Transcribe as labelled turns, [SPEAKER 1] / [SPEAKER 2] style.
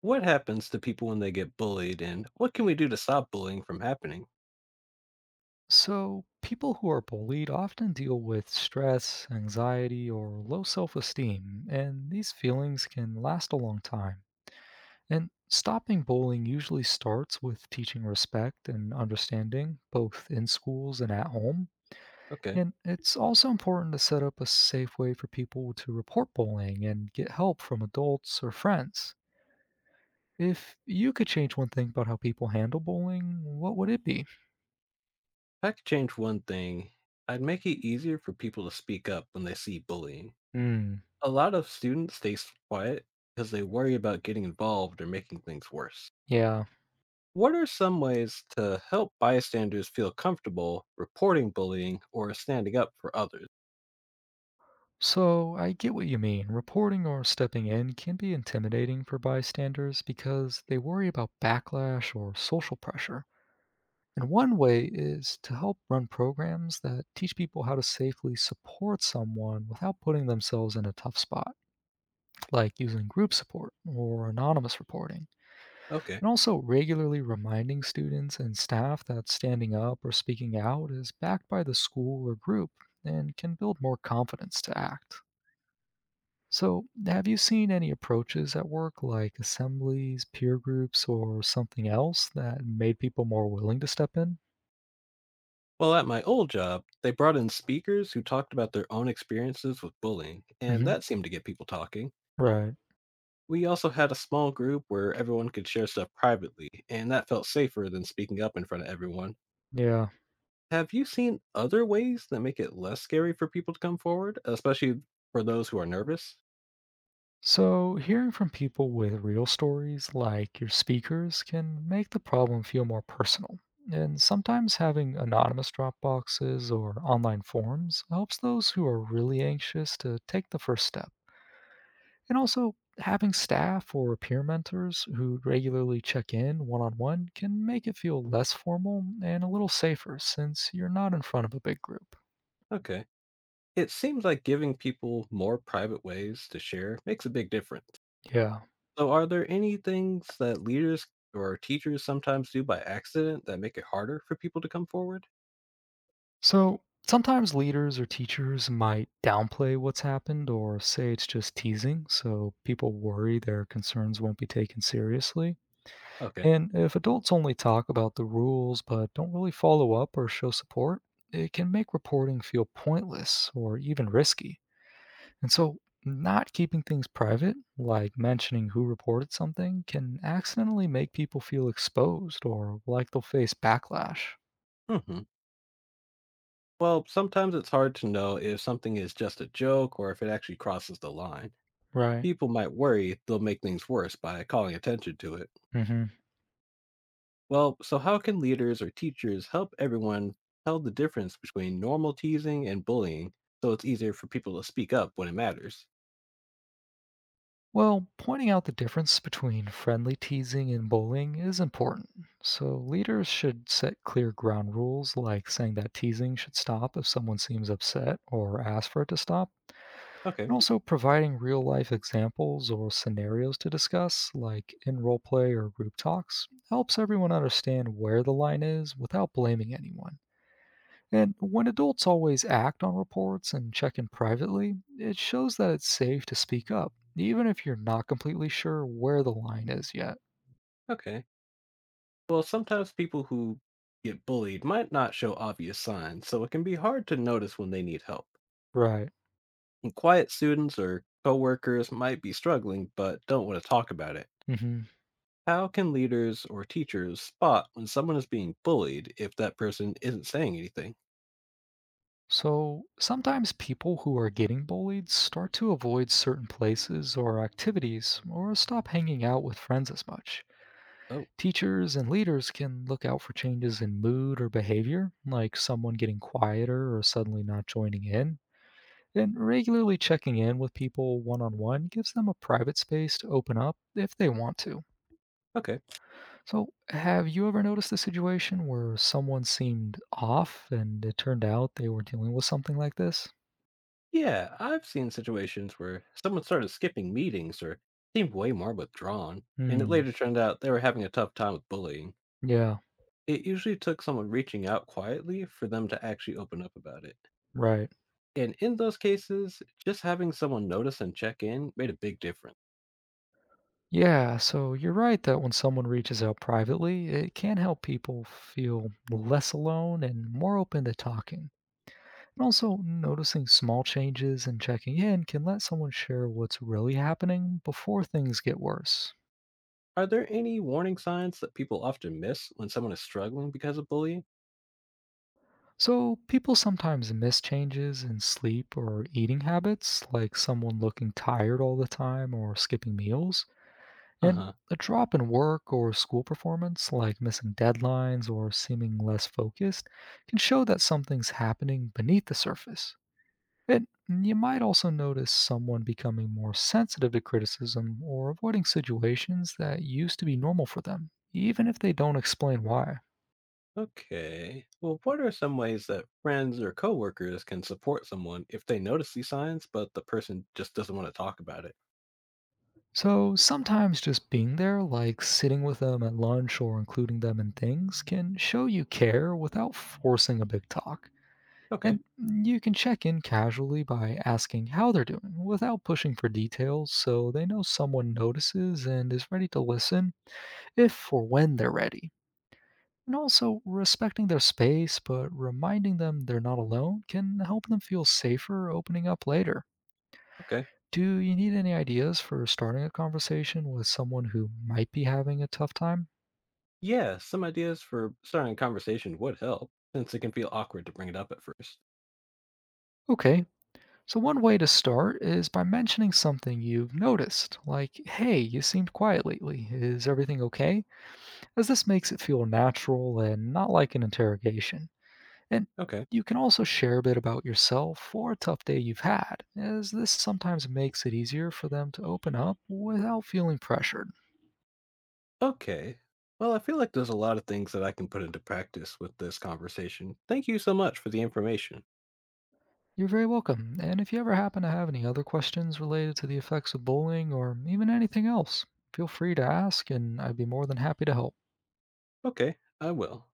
[SPEAKER 1] What happens to people when they get bullied, and what can we do to stop bullying from happening?
[SPEAKER 2] So, people who are bullied often deal with stress, anxiety, or low self esteem, and these feelings can last a long time. And stopping bullying usually starts with teaching respect and understanding, both in schools and at home.
[SPEAKER 1] Okay. If
[SPEAKER 2] And it's also important to set up a safe way for people to report bullying and get help from adults or friends. If you could change one thing about how people handle bullying, what would it be?
[SPEAKER 1] I could change one thing, I'd make it easier for people to speak up when they see bullying.
[SPEAKER 2] Hmm,
[SPEAKER 1] A lot of students stay quiet because they worry about getting involved or making things worse.
[SPEAKER 2] yeah.
[SPEAKER 1] What are some ways to help bystanders feel comfortable reporting bullying or standing up for others?
[SPEAKER 2] So, I get what you mean. Reporting or stepping in can be intimidating for bystanders because they worry about backlash or social pressure. And one way is to help run programs that teach people how to safely support someone without putting themselves in a tough spot, like using group support or anonymous reporting.
[SPEAKER 1] Okay.
[SPEAKER 2] And also, regularly reminding students and staff that standing up or speaking out is backed by the school or group and can build more confidence to act. So, have you seen any approaches at work, like assemblies, peer groups, or something else that made people more willing to step in?
[SPEAKER 1] Well, at my old job, they brought in speakers who talked about their own experiences with bullying, and
[SPEAKER 2] Hmm.
[SPEAKER 1] that seemed to get people talking.
[SPEAKER 2] Right.
[SPEAKER 1] We also had a small group where everyone could share stuff privately, and that felt safer than speaking up in front of everyone.
[SPEAKER 2] Yeah.
[SPEAKER 1] Have you seen other ways that make it less scary for people to come forward, especially for those who are nervous?
[SPEAKER 2] So, hearing from people with real stories, like your speakers, can make the problem feel more personal. And sometimes having anonymous drop boxes or online forums helps those who are really anxious to take the first step. And also, having staff or peer mentors who regularly check in one on one can make it feel less formal and a little safer since you're not in front of a big group.
[SPEAKER 1] Okay. It seems like giving people more private ways to share makes a big difference.
[SPEAKER 2] Yeah.
[SPEAKER 1] So, are there any things that leaders or teachers sometimes do by accident that make it harder for people to come forward?
[SPEAKER 2] So, sometimes leaders or teachers might downplay what's happened or say it's just teasing, so people worry their concerns won't be taken seriously.
[SPEAKER 1] Okay.
[SPEAKER 2] And if adults only talk about the rules but don't really follow up or show support, it can make reporting feel pointless or even risky. And so, not keeping things private, like mentioning who reported something, can accidentally make people feel exposed or like they'll face backlash.
[SPEAKER 1] Hmm. Well, sometimes it's hard to know if something is just a joke or if it actually crosses the line.
[SPEAKER 2] Right.
[SPEAKER 1] People might worry they'll make things worse by calling attention to it.
[SPEAKER 2] Hmm.
[SPEAKER 1] Well, so how can leaders or teachers help everyone tell the difference between normal teasing and bullying so it's easier for people to speak up when it matters?
[SPEAKER 2] Well, pointing out the difference between friendly teasing and bullying is important. So, leaders should set clear ground rules like saying that teasing should stop if someone seems upset or asks for it to stop.
[SPEAKER 1] Okay,
[SPEAKER 2] And also providing real life examples or scenarios to discuss, like in roleplay or group talks, helps everyone understand where the line is without blaming anyone. And when adults always act on reports and check in privately, it shows that it's safe to speak up, even if you're not completely sure where the line is yet.
[SPEAKER 1] okay. Well, sometimes people who get bullied might not show obvious signs, so it can be hard to notice when they need help.
[SPEAKER 2] Right.
[SPEAKER 1] And quiet students or coworkers might be struggling but don't want to talk about it.
[SPEAKER 2] Hmm.
[SPEAKER 1] How can leaders or teachers spot when someone is being bullied if that person isn't saying anything?
[SPEAKER 2] So sometimes people who are getting bullied start to avoid certain places or activities or stop hanging out with friends as much.
[SPEAKER 1] Oh,
[SPEAKER 2] Teachers and leaders can look out for changes in mood or behavior, like someone getting quieter or suddenly not joining in. And regularly checking in with people one on one gives them a private space to open up if they want to.
[SPEAKER 1] okay.
[SPEAKER 2] So, have you ever noticed a situation where someone seemed off and it turned out they were dealing with something like this?
[SPEAKER 1] Yeah, I've seen situations where someone started skipping meetings or seemed way more withdrawn, and it
[SPEAKER 2] Hmm.
[SPEAKER 1] later turned out they were having a tough time with bullying.
[SPEAKER 2] Yeah,
[SPEAKER 1] It usually took someone reaching out quietly for them to actually open up about it.
[SPEAKER 2] right.
[SPEAKER 1] And in those cases, just having someone notice and check in made a big difference.
[SPEAKER 2] Yeah, so you're right that when someone reaches out privately, it can help people feel less alone and more open to talking. And also noticing small changes and checking in can let someone share what's really happening before things get worse.
[SPEAKER 1] Are there any warning signs that people often miss when someone is struggling because of bullying?
[SPEAKER 2] So, people sometimes miss changes in sleep or eating habits, like someone looking tired all the time or skipping meals.
[SPEAKER 1] Uh
[SPEAKER 2] And
[SPEAKER 1] huh.
[SPEAKER 2] a drop in work or school performance, like missing deadlines or seeming less focused, can show that something's happening beneath the surface. And you might also notice someone becoming more sensitive to criticism or avoiding situations that used to be normal for them, even if they don't explain why.
[SPEAKER 1] Okay. Well, what are some ways that friends or coworkers can support someone if they notice these signs, but the person just doesn't want to talk about it?
[SPEAKER 2] So sometimes just being there, like sitting with them at lunch or including them in things, can show you care without forcing a big talk.
[SPEAKER 1] Okay.
[SPEAKER 2] And you can check in casually by asking how they're doing without pushing for details so they know someone notices and is ready to listen if or when they're ready. And also, respecting their space but reminding them they're not alone can help them feel safer opening up later.
[SPEAKER 1] Okay.
[SPEAKER 2] Do you need any ideas for starting a conversation with someone who might be having a tough time?
[SPEAKER 1] Yeah, some ideas for starting a conversation would help, since it can feel awkward to bring it up at first.
[SPEAKER 2] Okay, so one way to start is by mentioning something you've noticed, like, hey, you seemed quiet lately, is everything okay? As this makes it feel natural and not like an interrogation. And
[SPEAKER 1] Okay.
[SPEAKER 2] you can also share a bit about yourself or a tough day you've had, as this sometimes makes it easier for them to open up without feeling pressured.
[SPEAKER 1] Okay. Well, I feel like there's a lot of things that I can put into practice with this conversation. Thank you so much for the information.
[SPEAKER 2] You're very welcome, and if you ever happen to have any other questions related to the effects of bullying or even anything else, feel free to ask, and I'd be more than happy to help.
[SPEAKER 1] Okay, I will.